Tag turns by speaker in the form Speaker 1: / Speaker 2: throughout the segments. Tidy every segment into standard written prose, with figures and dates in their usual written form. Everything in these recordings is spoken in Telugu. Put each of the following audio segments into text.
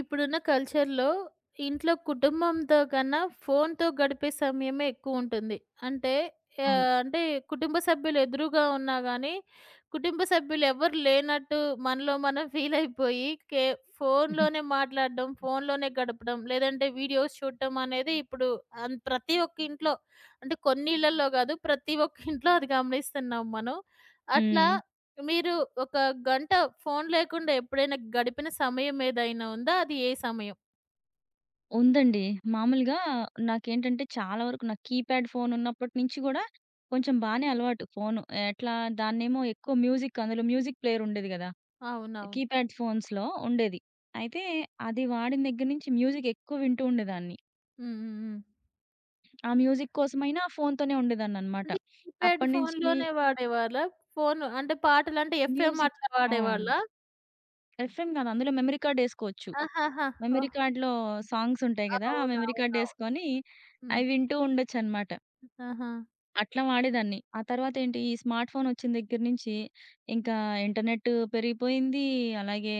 Speaker 1: ఇప్పుడున్న కల్చర్‌లో ఇంట్లో కుటుంబంతో కన్నా ఫోన్‌తో గడిపే సమయమే ఎక్కువుంటుంది. అంటే
Speaker 2: అవును.
Speaker 1: అంటే కుటుంబ సభ్యులు ఎదురుగా ఉన్నా గానీ, కుటుంబ సభ్యులు ఎవ్వరు లేనట్టు మనలో మనం ఫీల్ అయిపోయి ఫోన్‌లోనే మాట్లాడడం, ఫోన్‌లోనే గడపడం, లేదంటే వీడియోస్ చూడటం అనేది ఇప్పుడు ప్రతి ఒక్క ఇంట్లో, అంటే కొన్ని ఇళ్లల్లో గాదు, ప్రతి ఒక్క ఇంట్లో అది గమనిస్తున్నాం మనం. అట్లా
Speaker 2: హ్మ్.
Speaker 1: మీరు ఒక గంట ఫోను లేకుండా ఎప్పుడైనా గడిపిన సమయం ఏదైనా ఉందా? అది ఏ సమయం?
Speaker 2: ఉందండి. మామూలుగా నాకేంటంటే చాలా వరకు నాకు కీప్యాడ్ ఫోన్ ఉన్నప్పటి నుంచి గూడా కొంచెం బానే అలవాటు ఫోను. ఎట్లా దాన్నేమో ఎక్కువ మ్యూజిక్ అందులో మ్యూజిక్ ప్లేయర్ ఉండేది గదా!
Speaker 1: అవునవును.
Speaker 2: కీప్యాడ్ ఫోన్స్‌లో ఉండేది. అయితే అది వాడిన దగ్గర నుంచి మ్యూజిక్ ఎక్కువ వింటూ ఉండేదాన్ని.
Speaker 1: హ్మ్. హ్మ్. హ్మ్.
Speaker 2: ఆ మ్యూజిక్ కోసమైనా ఫోన్‌తోనే ఉండేదాన్ననమాట.
Speaker 1: అంటే కీప్యాడ్
Speaker 2: అప్పటినుంచి
Speaker 1: ఫోనులోనే వాడేవాళ్ళా? ఫోను అంటే పాటలంటే ఎఫ్ఎం
Speaker 2: మ్యూజిక్
Speaker 1: అట్లా
Speaker 2: ఆ!
Speaker 1: వాడేవాళ్ళా?
Speaker 2: ఎఫ్ఎం గాదు. అందులో మెమరీ కార్డ్ ఏసుకోవచ్చు.
Speaker 1: ఆహాహా!
Speaker 2: మెమరీ
Speaker 1: ఓహ్!
Speaker 2: కార్డ్‌లో సాంగ్స్ ఉంటాయి గదా! ఆ మెమరీ కార్డ్
Speaker 1: అవునవునవును.
Speaker 2: ఏసుకొని
Speaker 1: హ్మ్.
Speaker 2: అవి వింటూ ఉండొచ్చనమాట.
Speaker 1: ఆహా!
Speaker 2: అట్లా వాడేదాన్ని. ఆ తర్వాతేంటి ఈ స్మార్ట్ ఫోనొచ్చిన దగ్గర నుంచి ఇంకా ఇంటర్నెట్ పెరిగిపోయింది. అలాగే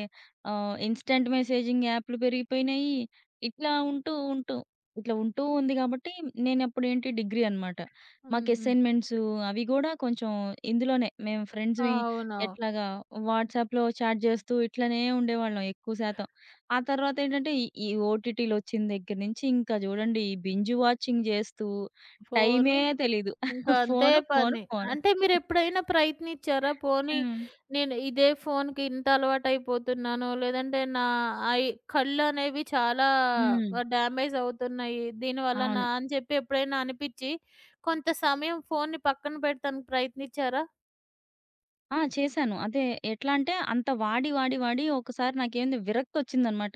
Speaker 2: ఇన్‌స్టాంట్ మెసేజింగ్ యాప్‌లు పెరిగిపోయినాయి. ఇట్లా ఉంటూ, ఉంటూ ఇట్లా ఉంటూ ఉంది గాబట్టి నేనప్పుడేంటి డిగ్రీ అనమాట. మాకు
Speaker 1: హ్మ్. హ్మ్.
Speaker 2: అసైన్‌మెంట్స్ అవి గూడా కొంచెం ఇందులోనే మేము ఫ్రెండ్స్‌వి
Speaker 1: అవునవును.
Speaker 2: ఎట్లాగా వాట్సాప్‌లో చాట్ జేస్తూ ఇట్లనే ఉండేవాళ్ళం ఎక్కువ శాతం. ఆ తర్వాతేంటంటే ఈ ఈ ఓటీటీలొచ్చిన దగ్గర నుంచి ఇంకా జూడండి ఈ బింజ్ వాచింగ్ జేస్తూ టైమే
Speaker 1: ఫోను
Speaker 2: తెలీదు.
Speaker 1: ఇంకా అంతే
Speaker 2: ఫోను, ఫోను,
Speaker 1: పని.
Speaker 2: ఫోను.
Speaker 1: అంటే మీరెప్పుడైనా ప్రయత్నిచ్చారా? పోనీ
Speaker 2: హ్మ్.
Speaker 1: నేను ఇదే ఫోన్‌కి ఇంత అలవాటయిపోతున్నాను, లేదంటే నా ఐ కళ్ళనేవి చాలా
Speaker 2: హ్మ్.
Speaker 1: డ్యామేజ్ అవుతున్నాయి,
Speaker 2: అవును.
Speaker 1: దీనివల్లనా అని చెప్పి ఎప్పుడైనా అనిపిచ్చి, కొంత సమయం ఫోన్‌ని పక్కన పెడతానికి ప్రయత్నిచ్చారా?
Speaker 2: ఆ! చేశాను. అదే ఎట్లా అంటే అంత వాడి ఒకసారి నాకేంది విరక్తొచ్చిందనమాట.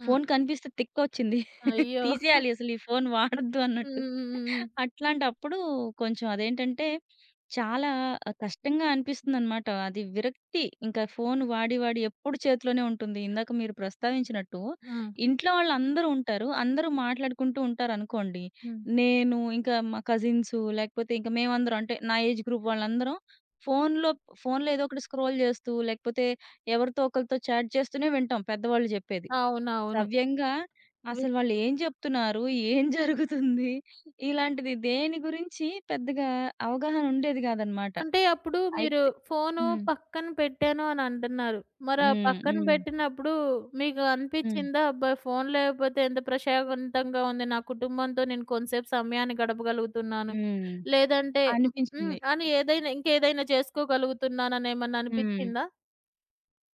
Speaker 1: హ్మ్.
Speaker 2: ఫోను కనిపిస్తే తిక్కొచ్చింది.
Speaker 1: అయ్యో!
Speaker 2: తీసేయాలి అసలు ఈ ఫోను వాడొద్దు
Speaker 1: హ్మ్.
Speaker 2: అన్నట్టు.
Speaker 1: హ్మ్. హ్మ్. హ్మ్.
Speaker 2: అట్లాంటప్పుడు కొంచెం అదేంటంటే చాలా కష్టంగా అనిపిస్తుందనమాట. అది విరక్తి. ఇంకా ఫోను వాడి ఎప్పుడు చేతిలోనే ఉంటుంది. ఇందాక మీరు ప్రస్తావించినట్టు
Speaker 1: ఆ!
Speaker 2: ఇంట్లో వాళ్ళందరూ ఉంటారు. అందరూ మాట్లాడుకుంటూ ఉంటారనుకోండి.
Speaker 1: హ్మ్.
Speaker 2: నేను ఇంకా మా కజిన్సు లేకపోతే ఇంక మేమందరం అంటే నా ఏజ్ గ్రూప్ వాళ్ళందరం ఫోనులో ఫోనులో ఏదో ఒకటి స్క్రోల్ చేస్తూ, లేకపోతే ఎవరితో ఒకళ్ళతో చాట్ చేస్తూనే వింటాం పెద్దవాళ్ళు చెప్పేది.
Speaker 1: అవునవును.
Speaker 2: సవ్యంగా అసలు వాళ్ళేం జెప్తున్నారు? ఏం జరుగుతుంది? ఇలాంటిది దేని గురించి పెద్దగా అవగాహన ఉండేది గాదనమాట.
Speaker 1: అంటే అప్పుడు మీరు
Speaker 2: అయితే
Speaker 1: ఫోను
Speaker 2: హ్మ్.
Speaker 1: పక్కన పెట్టాను అని అంటున్నారు. మరి ఆ
Speaker 2: హ్మ్.
Speaker 1: పక్కన
Speaker 2: హ్మ్.
Speaker 1: పెట్టినప్పుడు మీకు
Speaker 2: హ్మ్.
Speaker 1: అనిపిచ్చిందా? అబ్బా! ఫోను లేకపోతే ఎంత ప్రశాంతంగా ఉంది, నా కుటుంబంతో నేను కొంతసేపు సమయాన్ని గడపగలుగుతున్నాను,
Speaker 2: హ్మ్.
Speaker 1: లేదంటే హ్మ్. హ్మ్.
Speaker 2: అనిపించింది.
Speaker 1: అని ఏదైనా ఇంకేదైనా చేసుకోగలుగుతున్నానని ఏమన్నా
Speaker 2: హ్మ్.
Speaker 1: అనిపిచ్చిందా?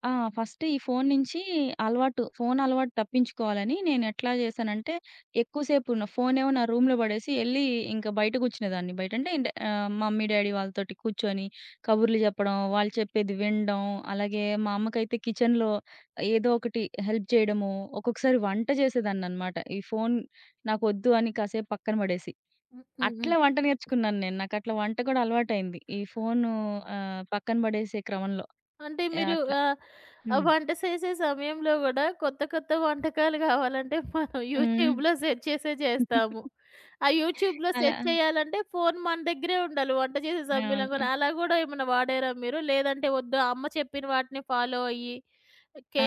Speaker 2: ఆ! ఫస్ట్ ఈ ఫోను నించి అలవాటు, ఫోను అలవాటు తప్పించుకోవాలని నేనెట్లా జేశానంటే, ఎక్కువ సేపున్న ఫోనేమో నా రూమ్‌లో బడేసి ఎళ్లి ఇంక బయట గూర్చునేదాన్ని. బయటంటే ఇంట మమ్మీ, డ్యాడీ వాళ్ళతోటి కూర్చొని కబుర్లు జెప్పడం, వాళ్ళు చెప్పేది వినడం, అలాగే మా అమ్మకైతే కిచెన్‌లో ఏదో ఒకటి హెల్ప్ జేయడము, ఒక్కొక్కసారి వంట జేసేదాన్ననమాట. ఈ ఫోను నాకొద్దు అని కాసేపు పక్కన బడేసి.
Speaker 1: హ్మ్. హ్మ్.
Speaker 2: అట్లా
Speaker 1: హ్మ్.
Speaker 2: వంట నేర్చుకున్నాను నేను. నాకట్లా వంట కూడా అలవాటయింది. ఈ ఫోను పక్కన బడేసే క్రమంలో.
Speaker 1: అంటే
Speaker 2: యాహ్!
Speaker 1: మీరు
Speaker 2: అట్లా.
Speaker 1: ఆ
Speaker 2: హ్మ్.
Speaker 1: వంట చేసే సమయంలో గూడా కొత్త కొత్త వంటకాలు గావాలంటే మనం
Speaker 2: హ్మ్.
Speaker 1: యూట్యూబ్‌లో సెర్చ్ చేసే చేస్తాము. ఆ యూట్యూబ్‌లో
Speaker 2: అలా
Speaker 1: సెర్చ్ చేయాలంటే ఫోను మన దగ్గరే ఉండాలి వంట చేసే సమయంలో
Speaker 2: అవును.
Speaker 1: గూడా. అలా గూడా ఏమన్నా వాడారా మీరు? లేదంటే వద్దు, అమ్మ చెప్పిన వాటిని ఫాలో అయ్యి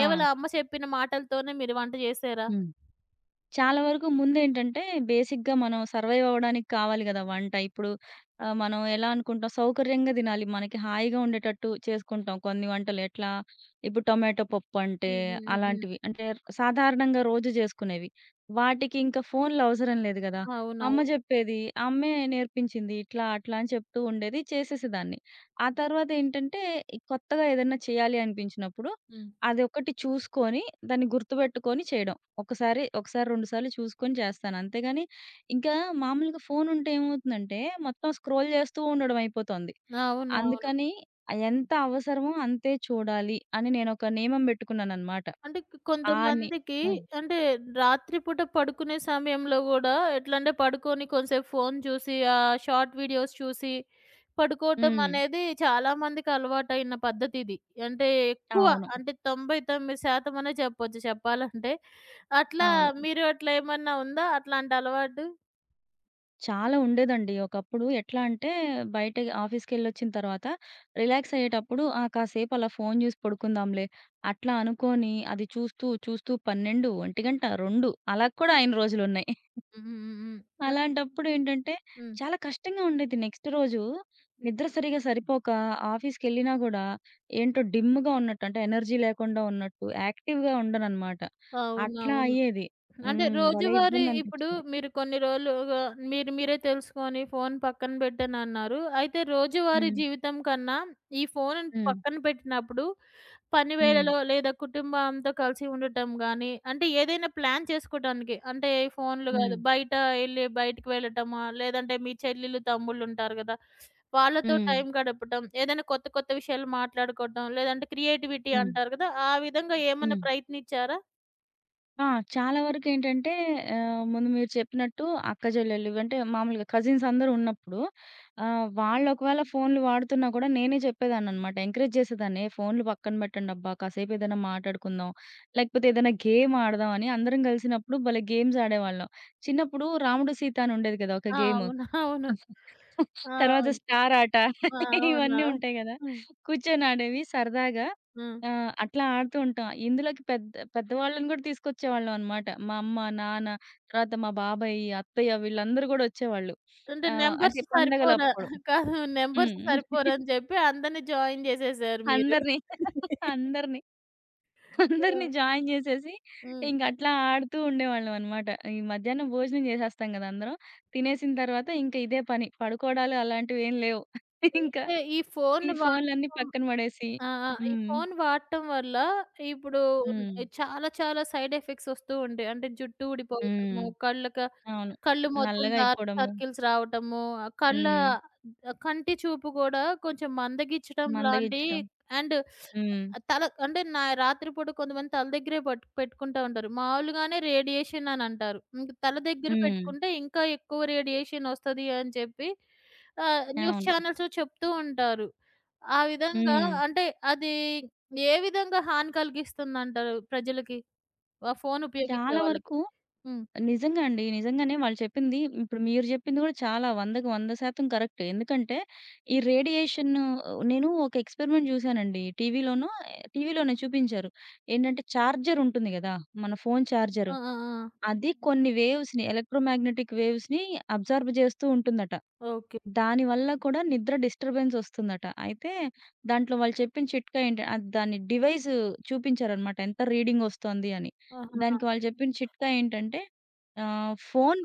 Speaker 2: ఆ!
Speaker 1: అమ్మ చెప్పిన మాటలతోనే మీరు వంట జేసారా?
Speaker 2: హ్మ్. చాలా వరకు ముందేంటంటే, బేసిక్‌గా మనం సర్వైవ్ అవ్వడానికి కావాలి గదా! వంట. ఇప్పుడు మనం ఎలా అనుకుంటాం, సౌకర్యంగా తినాలి. మనకి హాయిగా ఉండేటట్టు చేసుకుంటాం కొన్ని వంటలు. ఎట్లా ఇప్పుడు టొమాటో పప్పు అంటే,
Speaker 1: హ్మ్. హ్మ్. హ్మ్. హ్మ్.
Speaker 2: అలాంటివి. అంటే సాధారణంగా రోజు జేసుకునేవి. వాటికి ఇంకా ఫోన్లు అవసరం లేదు గదా! అమ్మ
Speaker 1: అవునవును.
Speaker 2: జెప్పేది. అమ్మే నేర్పించింది. ఇట్లా, అట్లా అని చెప్తూ ఉండేది. చేసేసేదాన్ని. ఆ తర్వాతేంటంటే, ఈ కొత్తగా ఏదన్నా చేయాలి అనిపించినప్పుడు,
Speaker 1: హ్మ్.
Speaker 2: అదొకటి చూసుకొని, దాన్ని గుర్తుబెట్టుకొని చేయడం. ఒకసారి, 2 సార్లు చూసుకొని చేస్తాను. అంతేగాని ఇంకా మామూలుగా ఫోనుంటే ఏమవుతుందంటే, మొత్తం స్క్రోల్ చేస్తూ ఉండడం అయిపోతుంది.
Speaker 1: అవునవును.
Speaker 2: అందుకని ఎంత అవసరమో అంతే చూడాలి అని నేనొక నియమం పెట్టుకున్నాననమాట.
Speaker 1: అంటే
Speaker 2: ఆ ని
Speaker 1: కొంతమందికి,
Speaker 2: హ్మ్.
Speaker 1: అంటే రాత్రి పూట పడుకునే సమయంలో గూడా ఎట్లంటే పడుకొని కొంసేపు ఫోను చూసి, షార్ట్ వీడియోస్ చూసి పడుకోవటం
Speaker 2: హ్మ్.
Speaker 1: అనేది చాలామందికి అలవాటైన పద్ధతిది. అంటే ఎక్కువ,
Speaker 2: అవును.
Speaker 1: అంటే 99% అనే చెప్పొచ్చు చెప్పాలంటే. అట్లా
Speaker 2: అవును.
Speaker 1: మీరు అట్లా ఏమన్నా ఉందా? అట్లాంటి అలవాటు?
Speaker 2: చాలా ఉండేదండి. ఒకప్పుడు ఎట్లా అంటే బయట ఆఫీస్‌కెళ్ళొచ్చిన తర్వాత రిలాక్స్ అయ్యేటప్పుడు ఆ! కాసేపు అలా ఫోను చూసి పడుకుందాంలే అట్లా అనుకోని అది చూస్తూ, చూస్తూ 12, 1 గంట, 2 అలా కూడా అయిన రోజులున్నాయి.
Speaker 1: హ్మ్. హ్మ్. హ్మ్.
Speaker 2: అలాంటప్పుడేంటంటే,
Speaker 1: హ్మ్.
Speaker 2: చాలా కష్టంగా ఉండేది. నెక్స్ట్ రోజు నిద్ర సరిగ్గా సరిపోక ఆఫీస్‌కెళ్ళినా గూడా ఏంటో డిమ్‌గా ఉన్నట్టు అంటే ఎనర్జీ లేకుండా ఉన్నట్టు, యాక్టివ్‌గా ఉండననమాట. అట్లా
Speaker 1: అవునవును.
Speaker 2: అయ్యేది.
Speaker 1: అంటే
Speaker 2: హ్మ్. భలే
Speaker 1: రోజువారీ ఇప్పుడు
Speaker 2: ఇబ్బందనిపిచ్చేది.
Speaker 1: మీరు కొన్ని రోజులుగా మీరు మీరే తెలుసుకొని ఫోన్ పక్కన పెట్టానన్నారు. అయితే రోజువారీ
Speaker 2: హ్మ్.
Speaker 1: జీవితం కన్నా ఈ ఫోన్
Speaker 2: హ్మ్.
Speaker 1: పక్కన పెట్టినప్పుడు పని హ్మ్.
Speaker 2: హ్మ్.
Speaker 1: వేళలో లేదా కుటుంబంతో కలిసి ఉండటం గానీ, అంటే ఏదైనా ప్లాన్ చేసుకోవటానికి, అంటే ఈ ఫోన్‌లు కాదు,
Speaker 2: హ్మ్.
Speaker 1: బయట ఎళ్లి బయటికి వెళ్ళటమా, లేదంటే మీ చెల్లెలు, తమ్ముళ్ళుంటారు గదా! వాళ్ళతో హ్మ్.
Speaker 2: హ్మ్.
Speaker 1: టైం గడపటం, ఏదైనా కొత్త కొత్త విషయాలు మాట్లాడుకోవటం, లేదంటే క్రియేటివిటీ
Speaker 2: హ్మ్.
Speaker 1: అంటారు గదా! ఆ విధంగా ఏమన్నా
Speaker 2: హ్మ్.
Speaker 1: ప్రయత్నించారా?
Speaker 2: ఆ! చాలా వరకేంటంటే ముందు మీరు చెప్పినట్టు అక్క చెల్లెలు అంటే మామూలుగా కజిన్స్ అందరూ ఉన్నప్పుడు వాళ్ళు ఒకవేళ ఫోన్‌లు వాడుతున్నా కూడా నేనే చెప్పేదాన్ననమాట. ఎంకరేజ్ చేసేదాన్ని. "ఏ ఫోన్‌లు పక్కన పెట్టండబ్బా! కాసేపు ఏదైనా మాట్లాడుకుందాం, లేకపోతే ఏదైనా గేమ్ ఆడదాం" అని అందరం కలిసినప్పుడు భలే గేమ్స్ ఆడేవాళ్ళం. చిన్నప్పుడు రాముడు సీత అని ఉండేది కదా! ఒక
Speaker 1: ఆ!
Speaker 2: గేమ్.
Speaker 1: అవును. అవును.
Speaker 2: తర్వాత
Speaker 1: అవును.
Speaker 2: స్టార్ ఆట
Speaker 1: ఆ!
Speaker 2: ఇవన్నీ
Speaker 1: అవునవును.
Speaker 2: ఉంటాయి గదా!
Speaker 1: హ్మ్.
Speaker 2: కూర్చొని ఆడేవి సరదాగా.
Speaker 1: హ్మ్.
Speaker 2: అట్లా ఆడుతూ ఉంటాం. ఇందులోకి పెద్ద పెద్దవాళ్ళని గూడా తీసుకొచ్చేవాళ్ళం అనమాట. మా అమ్మ, నాన్న తర్వాత మా బాబాయ్, అత్తయ్య వీళ్ళందరూ గూడా ఒచ్చేవాళ్ళు.
Speaker 1: అంటే నంబర్స్
Speaker 2: అంటే
Speaker 1: సరిపోరా,
Speaker 2: పండగలప్పుడు.
Speaker 1: కాదు నంబర్స్
Speaker 2: హ్మ్.
Speaker 1: సరిపోరని చెప్పి అందరిని జాయిన్ చేసేసారు మీరు.
Speaker 2: అందరిని అందరిని
Speaker 1: ఆ!
Speaker 2: అందరిని జాయిన్ జేసేసి
Speaker 1: హ్మ్.
Speaker 2: ఇంక అట్లా ఆడుతూ ఉండేవాళ్ళం అనమాట. ఈ మధ్యాహ్నం భోజనం జేసేస్తాం గదా! అందరం. తినేసిన తర్వాత ఇంక ఇదే పని. పడుకోవడాలు అలాంటివేం లేవు. ఇంకా
Speaker 1: అంటే ఈ
Speaker 2: ఈ
Speaker 1: ఫోను
Speaker 2: ఫోన్‌లన్నీ
Speaker 1: వాడకం,
Speaker 2: పక్కన పడేసి.
Speaker 1: ఆ! ఆ! ఈ
Speaker 2: హ్మ్.
Speaker 1: ఫోను వాడటం వల్ల ఇప్పుడు
Speaker 2: హ్మ్.
Speaker 1: చాలా చాలా సైడ్ ఎఫెక్ట్స్ వస్తూ ఉంటాయి. అంటే జుట్టు
Speaker 2: హ్మ్.
Speaker 1: ఊడిపోవటము, కళ్ళకి,
Speaker 2: అవును.
Speaker 1: కళ్ళు మొత్తం
Speaker 2: నల్లగా
Speaker 1: డార్క్
Speaker 2: అయిపోవడము.
Speaker 1: సర్కిల్స్ రావటము, కళ్ళ
Speaker 2: హ్మ్.
Speaker 1: కంటి చూపు కూడా కొంచెం మందగించడం లాంటి,
Speaker 2: మందగించడం.
Speaker 1: అండ్
Speaker 2: హ్మ్.
Speaker 1: తల అంటే నా, రాత్రిపూట కొంతమంది తల దగ్గరే పట్టు పెట్టుకుంటా ఉంటారు. మామూలుగానే రేడియేషన్ అని అంటారు. ఇంక తల దగ్గర
Speaker 2: హ్మ్.
Speaker 1: పెట్టుకుంటే ఇంకా ఎక్కువ రేడియేషన్ వస్తది అని చెప్పి న్యూస్
Speaker 2: అవును.
Speaker 1: ఛానల్స్‌లో చెప్తూ ఉంటారు. ఆ విధంగా
Speaker 2: హ్మ్.
Speaker 1: అంటే అది ఏ విధంగా హాని కలిగిస్తుందంటారు ప్రజలకి? ఆ ఫోన్ ఉపయోగించే
Speaker 2: చాలా
Speaker 1: వాళ్ళకి?
Speaker 2: వరకు
Speaker 1: హ్మ్.
Speaker 2: నిజంగా అండి. నిజంగానే వాళ్ళు చెప్పింది ఇప్పుడు మీరు చెప్పింది కూడా చాలా 100కి 100% కరెక్ట్. ఎందుకంటే ఈ రేడియేషన్ నేను ఒక ఎక్స్‌పెరిమెంట్ చూసానండి. టీవీలోనే చూపించారు. ఏంటంటే చార్జర్ ఉంటుంది కదా! మన ఫోన్ చార్జర్.
Speaker 1: ఆ! ఆ! ఆ!
Speaker 2: అది కొన్ని వేవ్స్‌ని ఎలక్ట్రోమాగ్నెటిక్ వేవ్స్‌ని అబ్జార్బ్ చేస్తూ ఉంటుందట.
Speaker 1: ఓకే.
Speaker 2: దానివల్ల కూడా నిద్ర డిస్టర్బెన్స్ వస్తుందట. అయితే దాంట్లో వాళ్ళు చెప్పిన చిట్కా ఏంటి అది దాని డివైస్ చూపించారనమాట. ఎంత రీడింగ్ వస్తోంది అని.
Speaker 1: ఆహాహా!
Speaker 2: దానికి వాళ్ళు చెప్పిన చిట్కా ఏంటంటే ఫోన్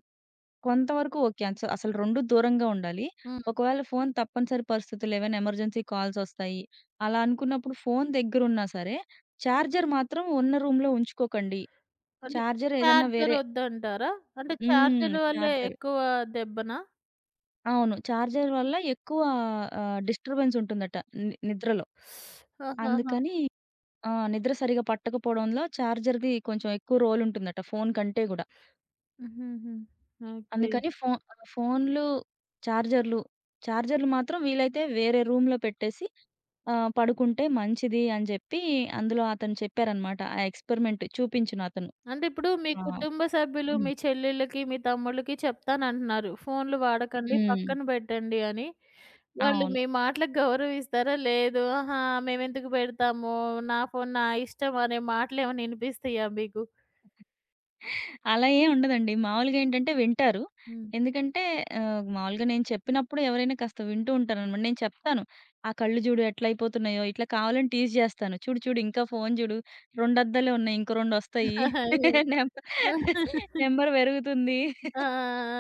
Speaker 2: కొంతవరకు ఓకే. అసలు 2 దూరంగా ఉండాలి.
Speaker 1: హ్మ్.
Speaker 2: ఒకవేళ ఫోన్ తప్పనిసరి పరిస్థితులు ఏవైనా ఎమర్జెన్సీ కాల్స్ వస్తాయి. అలా అనుకున్నప్పుడు ఫోన్ దగ్గరున్నా సరే చార్జర్ మాత్రం ఉన్న రూమ్‌లో ఉంచుకోకండి.
Speaker 1: అంటే
Speaker 2: చార్జర్ ఏదన్నా
Speaker 1: చార్జర్
Speaker 2: వేరే
Speaker 1: వద్దంటారా? అంటే
Speaker 2: హ్మ్.
Speaker 1: చార్జర్ వల్లే
Speaker 2: చార్జర్.
Speaker 1: ఎక్కువ దెబ్బనా?
Speaker 2: అవును. చార్జర్ వల్ల ఎక్కువ డిస్టర్బెన్స్ ఉంటుందట నిద్రలో.
Speaker 1: ఆహాహా!
Speaker 2: అందుకని ఆ! నిద్ర సరిగ్గా పట్టకపోవడంలో చార్జర్‌ది కొంచెం ఎక్కువ రోల్ ఉంటుందట ఫోను కంటే గూడా.
Speaker 1: హుహుహు. ఓకే.
Speaker 2: అందుకని ఫోన్లు, చార్జర్లు, చార్జర్లు మాత్రం వీలైతే వేరే రూమ్‌లో పెట్టేసి పడుకుంటే మంచిది అని జెప్పి అందులో అతను చెప్పారనమాట. ఆ ఎక్స్‌పెరిమెంట్ చూపించును అతను.
Speaker 1: అంటే ఇప్పుడు మీ
Speaker 2: ఆ!
Speaker 1: కుటుంబ సభ్యులు,
Speaker 2: హ్మ్.
Speaker 1: మీ చెల్లెళ్ళకి, మీ తమ్ముళ్ళకి చెప్తానంటున్నారు, ఫోన్‌లు వాడకండి,
Speaker 2: హ్మ్.
Speaker 1: పక్కన పెట్టండి అని. వాళ్ళు
Speaker 2: అవును.
Speaker 1: మీ మాటలకు గౌరవిస్తారా? లేదు, ఆహా! మేమెందుకు పెడతాము? నా ఫోన్ నా ఇష్టం అనే మాటలేమైనా ఇనిపిస్తాయా మీకు?
Speaker 2: అలా ఏం ఉండదండి. మామూలుగా ఏంటంటే వింటారు.
Speaker 1: హ్మ్.
Speaker 2: ఎందుకంటే మామూలుగా నేను చెప్పినప్పుడు ఎవరైనా కాస్త వింటూ ఉంటారనమాట. నేను చెప్తాను. "ఆ కళ్ళు జూడు ఎట్లయిపోతున్నాయో" ఇట్లా కావాలని టీజ్ జేస్తాను. "చూడు చూడు ఇంకా ఫోను జూడు. 2 అద్దాలే ఉన్నాయి. ఇంకో 2 వస్తాయి.
Speaker 1: అయ్యో!
Speaker 2: నెంబ నెంబర్ పెరుగుతుంది."
Speaker 1: ఆ! ఆ!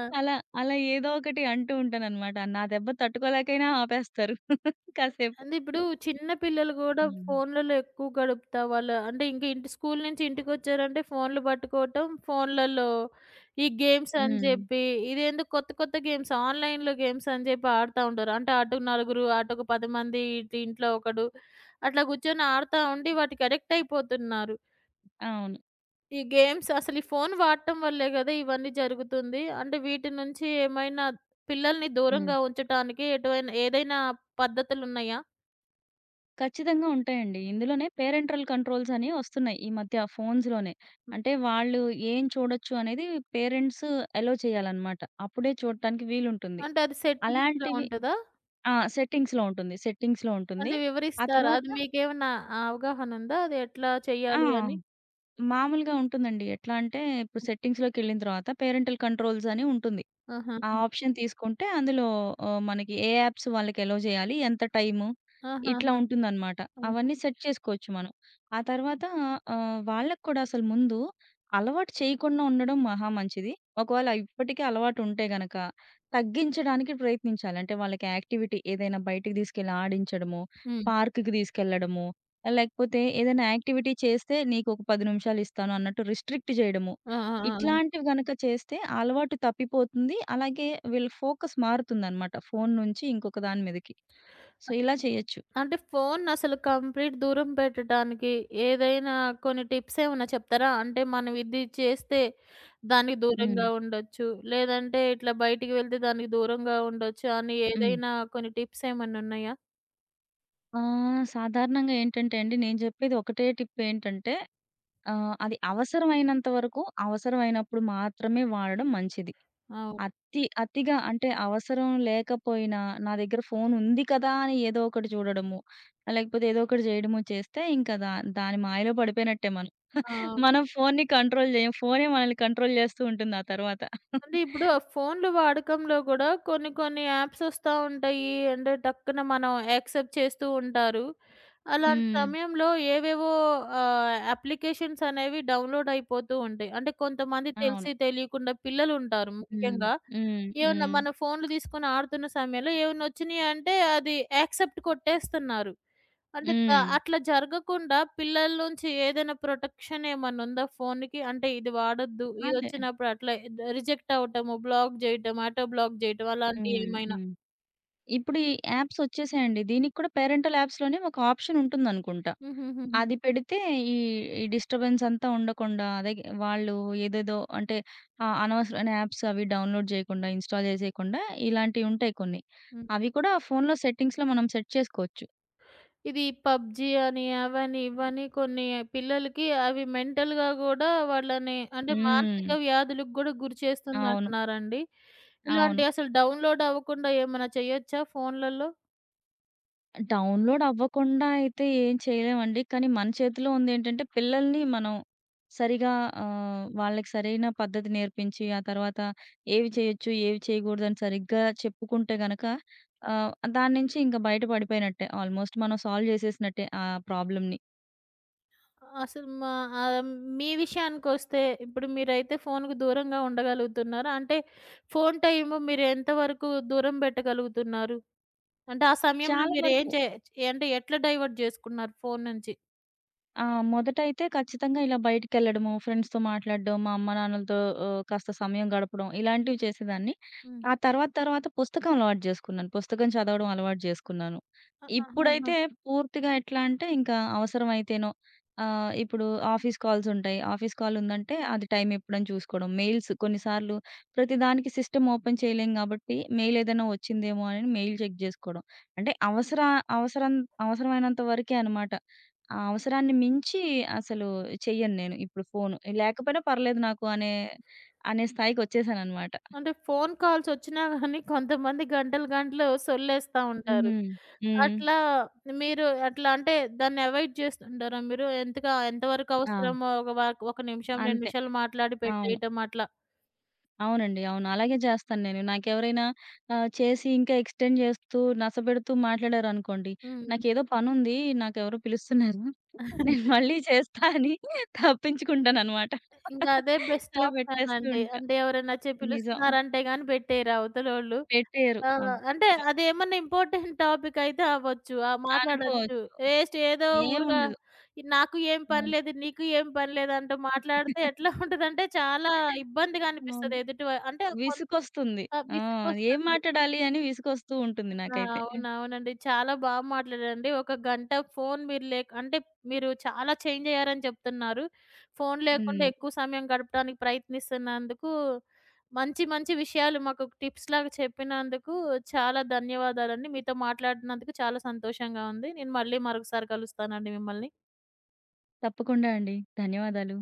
Speaker 1: ఆ!
Speaker 2: అలా అలా ఏదో ఒకటి అంటూ ఉంటాననమాట. నా దెబ్బ తట్టుకోలేకైనా ఆపేస్తారు కాసేపు.
Speaker 1: అంటే ఇప్పుడు చిన్న పిల్లలు గూడా
Speaker 2: హ్మ్.
Speaker 1: ఫోన్లలో ఎక్కువ గడుపుతా వాళ్ళ, అంటే ఇంక ఇంటి స్కూలు నుంచి ఇంటికొచ్చారంటే ఫోన్లు పట్టుకోవటం, ఫోన్లలో ఈ గేమ్స్ అని
Speaker 2: హ్మ్.
Speaker 1: జెప్పి, ఇదేందో కొత్త కొత్త గేమ్స్ ఆన్‌లైన్‌లో గేమ్స్ అని జెప్పి ఆడుతా ఉంటారు. అంటే అటు నలుగురు, అటు ఒక 10 మంది, ఇటు ఇంట్లో ఒకడు అట్లా కూర్చొని ఆడుతా ఉండి వాటికి అడిక్ట్ అయిపోతున్నారు.
Speaker 2: అవును.
Speaker 1: ఈ గేమ్స్ అసలు ఈ ఫోను వాడటం వల్లే గదా ఇవన్నీ జరుగుతుంది. అంటే వీటి నుంచి ఏమైనా పిల్లల్ని
Speaker 2: హ్మ్.
Speaker 1: దూరంగా ఉంచటానికి ఎటువైనా ఏదైనా పద్ధతులున్నాయా?
Speaker 2: ఖచ్చితంగా ఉంటాయండి. ఇందులోనే పేరెంటల్ కంట్రోల్స్ అని వస్తున్నాయి. ఈ మధ్య ఫోన్స్‌లోనే. అంటే వాళ్ళు ఏం చూడొచ్చు అనేది పేరెంట్స్ అలో చేయాలన్నమాట. అప్పుడే చూడటానికి వీలుంటుంది.
Speaker 1: అంటే అది సెట్టింగ్స్‌లో
Speaker 2: అలాంటివి
Speaker 1: ఉంటదా?
Speaker 2: ఆ! సెట్టింగ్స్‌లో ఉంటుంది.
Speaker 1: అంటే
Speaker 2: ఆ
Speaker 1: వివరిస్తారా?
Speaker 2: తర్వాత
Speaker 1: అది మీకేమన్నా అవగాహన ఉందా? అది ఎట్లా
Speaker 2: ఆ!
Speaker 1: చెయ్యాలి అని?
Speaker 2: మామూలుగా ఉంటుందండి. ఎట్లా అంటే ఇప్పుడు
Speaker 1: హ్మ్.
Speaker 2: సెట్టింగ్స్‌లోకెళ్ళిన తర్వాత పేరెంటల్ కంట్రోల్స్ అని ఉంటుంది.
Speaker 1: ఆహాహా!
Speaker 2: ఆ ఆప్షన్ తీసుకుంటే అందులో మనకి ఏ యాప్స్ వాళ్ళకి అలో చేయాలి? ఎంత టైము? ఇట్లా
Speaker 1: ఆహాహా!
Speaker 2: ఉంటుందనమాట.
Speaker 1: ఆహా!
Speaker 2: అవన్నీ సెట్ చేసుకోవచ్చు మనం. ఆ తర్వాత వాళ్ళకి కూడా అసలు ముందు అలవాటు చేయకుండా ఉండడం మహా మంచిది. ఒకవేళ ఇప్పటికే అలవాటు ఉంటే గనక తగ్గించడానికి ప్రయత్నించాలి. అంటే వాళ్ళకి యాక్టివిటీ ఏదైనా బయటికి తీసుకెళ్ళి ఆడించడమో,
Speaker 1: హ్మ్.
Speaker 2: పార్క్‌కి తీసుకెళ్లడమో, లేకపోతే ఏదైనా యాక్టివిటీ చేస్తే నీకొక 10 నిమిషాలు ఇస్తాను అన్నట్టు రిస్ట్రిక్ట్ చేయడము.
Speaker 1: ఆ! ఆ! ఆ! ఆ!
Speaker 2: ఇట్లాంటివి గనక చేస్తే ఆ అలవాటు తప్పిపోతుంది. అలాగే వీళ్ళ ఫోకస్ మారుతుందనమాట. ఫోను నుంచి ఇంకొక దాని మీదకి. సో, ఇలా చేయొచ్చు.
Speaker 1: అంటే ఫోన్ అసలు కంప్లీట్ దూరం పెట్టడానికి ఏదైనా కొన్ని టిప్స్ ఏమన్నా చెప్తారా? అంటే మనం ఇది చేస్తే దానికి
Speaker 2: హ్మ్.
Speaker 1: దూరంగా ఉండొచ్చు, లేదంటే ఇట్లా బయటికి వెళ్తే దానికి దూరంగా ఉండొచ్చు అని
Speaker 2: హ్మ్.
Speaker 1: ఏదైనా కొన్ని టిప్స్ ఏమన్నా ఉన్నాయా?
Speaker 2: సాధారణంగా ఏంటంటే అండి, నేను చెప్పేది ఒకటే టిప్ ఏంటంటే, అది అవసరమైనంత వరకు, అవసరమైనప్పుడు మాత్రమే వాడడం మంచిది.
Speaker 1: ఆ!
Speaker 2: అతిగా అంటే అవసరం లేకపోయినా, నా దగ్గర ఫోనుంది కదా! అని ఏదో ఒకటి చూడడము, లేకపోతే ఏదో ఒకటి జేయడము చేస్తే, ఇంకా దాని మాయలో పడిపోయినట్టే మనం.
Speaker 1: ఆ!
Speaker 2: మనం ఫోన్‌ని కంట్రోల్ జేయం. ఫోనే మనల్ని కంట్రోల్ జేస్తూ ఉంటుంది ఆ తర్వాత.
Speaker 1: అంటే ఇప్పుడు ఆ ఫోన్‌లు వాడకంలో గూడా కొన్ని కొన్ని యాప్స్ ఒస్తా ఉంటాయి. అంటే టక్కున మనం యాక్సెప్ట్ చేస్తూ ఉంటారు. హ్మ్. అలాంటి
Speaker 2: హ్మ్.
Speaker 1: సమయంలో ఏవేవో అప్లికేషన్స్ అనేవి డౌన్‌లోడ్ అయిపోతూ ఉంటాయి. అంటే కొంతమంది
Speaker 2: అవును.
Speaker 1: తెలిసి తెలియకుండా, పిల్లలుంటారు
Speaker 2: హ్మ్.
Speaker 1: ముఖ్యంగా,
Speaker 2: హ్మ్.
Speaker 1: ఏమన్నా
Speaker 2: హ్మ్.
Speaker 1: మన ఫోన్‌లు తీసుకొని ఆడుతున్న సమయంలో ఏమన్నా ఒచ్చినాయి అంటే అది యాక్సెప్ట్ కొట్టేస్తున్నారు. అంటే ద
Speaker 2: హ్మ్.
Speaker 1: అట్లా జరగకుండా పిల్లల నుంచి ఏదైనా ప్రొటెక్షన్ ఏమన్నా ఉందా ఫోన్‌కి? అంటే ఇది వాడొద్దు,
Speaker 2: అదే.
Speaker 1: ఇదొచ్చినప్పుడు అట్లా రిజెక్ట్ అవ్వటము, బ్లాక్ జేయటం, ఆటో బ్లాక్ జేయటం
Speaker 2: హ్మ్.
Speaker 1: అలాంటియేమైనా?
Speaker 2: హ్మ్. ఇప్పుడు ఈ యాప్స్ ఒచ్చేసాయండి. దీనికి కూడా పేరెంటల్ యాప్స్‌లోనే ఒక ఆప్షన్ ఉంటుందనుకుంటా.
Speaker 1: హుహుహుహు. హ్మ్.
Speaker 2: అది పెడితే ఈ, ఈ డిస్టర్బెన్స్ అంతా ఉండకుండా అదే వాళ్ళు ఏదేదో అంటే అనవసరమైన యాప్స్ అవి డౌన్‌లోడ్ జేయకుండా, ఇన్‌స్టాల్ జేసేయకుండా ఇలాంటియి ఉంటాయి కొన్ని.
Speaker 1: హ్మ్ హ్మ్.
Speaker 2: అవి కూడా ఫోన్‌లో సెట్టింగ్స్‌లో మనం సెట్ చేసుకోవచ్చు.
Speaker 1: ఇది పబ్‌జీ అని, అవని, ఇవని, కొన్ని పిల్లలకి అవి మెంటల్‌గా గూడా వాళ్ళని, అంటే
Speaker 2: హ్మ్.
Speaker 1: మానసిక వ్యాధులకు గూడా గురి
Speaker 2: అవును.
Speaker 1: చేస్తుందంటున్నారండి.
Speaker 2: అవును.
Speaker 1: ఇలాంటియి అసలు డౌన్‌లోడ్ అవ్వకుండా ఏమన్నా చేయొచ్చా ఫోన్‌లలో?
Speaker 2: డౌన్‌లోడ్ అవ్వకుండా అయితే ఏం చేయలేమండి. కానీ మన చేతిలో ఉందేంటంటే, పిల్లల్ని మనం సరిగా వాళ్ళకి సరైన పద్ధతి నేర్పించి, ఆ తర్వాత ఏవి చేయొచ్చు, ఏవి చేయకూడదని సరిగ్గా చెప్పుకుంటే గనక ఆహ్, దాన్నించి ఇంక బయట పడిపోయినట్టే. ఆల్‌మోస్ట్ మనం సాల్వ్ చేసేసినట్టే ఆ ప్రాబ్లమ్‌ని.
Speaker 1: అసలు మా ఆహ్, మీ విషయానికొస్తే ఇప్పుడు మీరైతే ఫోన్‌కు దూరంగా ఉండగలుగుతున్నారు. అంటే ఫోను టైము మీరు ఎంతవరకు దూరం పెట్టగలుగుతున్నారు? అంటే ఆ సమయంలో
Speaker 2: చాలా
Speaker 1: మీరేం
Speaker 2: వరకు.
Speaker 1: చే అంటే ఎట్లా డైవర్ట్ జేసుకున్నారు ఫోను నుంచి?
Speaker 2: ఆ! మొదటైతే ఖచ్చితంగా ఇలా బయటికెళ్ళడము, ఫ్రెండ్స్‌తో మాట్లాడడం, మా అమ్మ, నాన్నలతో కాస్త సమయం గడపడం ఇలాంటివి చేసేదాన్ని.
Speaker 1: హ్మ్.
Speaker 2: ఆ తర్వాత తర్వాత పుస్తకం అలవాటు జేసుకున్నాను. పుస్తకం చదవడం అలవాటు జేసుకున్నాను.
Speaker 1: ఆ! ఆహాహా!
Speaker 2: ఇప్పుడైతే పూర్తిగా ఎట్లా అంటే ఇంకా అవసరమైతేనో ఇప్పుడు ఆఫీస్ కాల్స్ ఉంటాయి. ఆఫీస్ కాల్ ఉందంటే అది టైం ఎప్పుడని చూసుకోవడం. మెయిల్స్ కొన్నిసార్లు ప్రతిదానికి సిస్టమ్ ఓపెన్ చేయలేం గాబట్టి మెయిల్ ఏదైనా వచ్చిందేమో అని మెయిల్ చెక్ జేసుకోవడం. అంటే అవసరం అవసరమైనంత వరకే అనమాట. ఆ అవసరాన్ని మించి అసలు చెయ్యను నేను ఇప్పుడు ఫోను. లేకపోయినా పర్లేదు నాకు అనే స్థాయికొచ్చేసాననమాట.
Speaker 1: అంటే ఫోను కాల్స్ ఒచ్చినా గానీ కొంతమంది గంటలు గంటలు సొల్లేస్తా ఉంటారు.
Speaker 2: హ్మ్. హ్మ్.
Speaker 1: అట్లా మీరు అట్లా అంటే దాన్ని అవాయిడ్ చేస్తుంటారా మీరు? ఎంతవరకు
Speaker 2: ఆ!
Speaker 1: అవసరమో, ఒక నిమిషం, 2
Speaker 2: అంతే.
Speaker 1: నిమిషాలు మాట్లాడి
Speaker 2: అవును.
Speaker 1: పెట్టేయటం అట్లా.
Speaker 2: అవునండి. అవును. అలాగే చేస్తాను నేను. నాకెవరైనా చేసి ఇంకా ఎక్స్‌టెండ్ చేస్తూ, నసపెడుతూ మాట్లాడారనుకోండి.
Speaker 1: హ్మ్.
Speaker 2: నాకేదో పనుంది, నాకెవరో పిలుస్తున్నారు. నేను మళ్ళీ చేస్తా అని తప్పించుకుంటాననమాట.
Speaker 1: ఇంకా అదే బెస్ట్
Speaker 2: అలా
Speaker 1: ఆప్షన్
Speaker 2: పెట్టేస్తూ
Speaker 1: అండి.
Speaker 2: ఉంటా.
Speaker 1: అంటే ఎవరైనా వచ్చి
Speaker 2: నిజం.
Speaker 1: పిలుస్తున్నారంటే గాని పెట్టేయరు అవతలోళ్ళు.
Speaker 2: పెట్టేయరు.
Speaker 1: ఆ!
Speaker 2: అబ్బో!
Speaker 1: అంటే అదేమన్నా ఇంపార్టెంట్ టాపిక్ అయితే అవ్వచ్చు, ఆ! మాట్లాడొచ్చు.
Speaker 2: అనుకోవచ్చు.
Speaker 1: వేస్ట్ ఏదో ఊరగా
Speaker 2: ఏముండదు.
Speaker 1: నాకు ఏం పని
Speaker 2: హ్మ్.
Speaker 1: లేదు, నీకు ఏం పని లేదు అంటూ మాట్లాడితే ఎట్లా ఉంటదంటే చాలా ఇబ్బందిగా
Speaker 2: అవును.
Speaker 1: అనిపిస్తది, ఎదుటి వా అంటే కొంత
Speaker 2: విసుగొస్తుంది. ఆ! ఏం
Speaker 1: విసుగొస్తది.
Speaker 2: మాట్లాడాలి అని విసుగొస్తూ ఉంటుంది
Speaker 1: ఆ!
Speaker 2: నాకైతే. హ్మ్.
Speaker 1: అవునవునండి. చాలా బా మాట్లాడారండి. ఒక గంట ఫోను మీరు లేక, అంటే మీరు చాలా చేంజ్ అయ్యారని చెప్తున్నారు. ఫోను లేకుండా
Speaker 2: హ్మ్.
Speaker 1: ఎక్కువ సమయం గడపడానికి ప్రయత్నిస్తున్నందుకు, మంచి మంచి విషయాలు మాకు టిప్స్‌లాగా చెప్పినందుకు చాలా ధన్యవాదాలండి. మీతో మాట్లాడినందుకు చాలా సంతోషంగా ఉంది. నేను మళ్ళీ మరొకసారి కలుస్తానండి మిమ్మల్ని.
Speaker 2: తప్పకుండా అండి. ధన్యవాదాలు.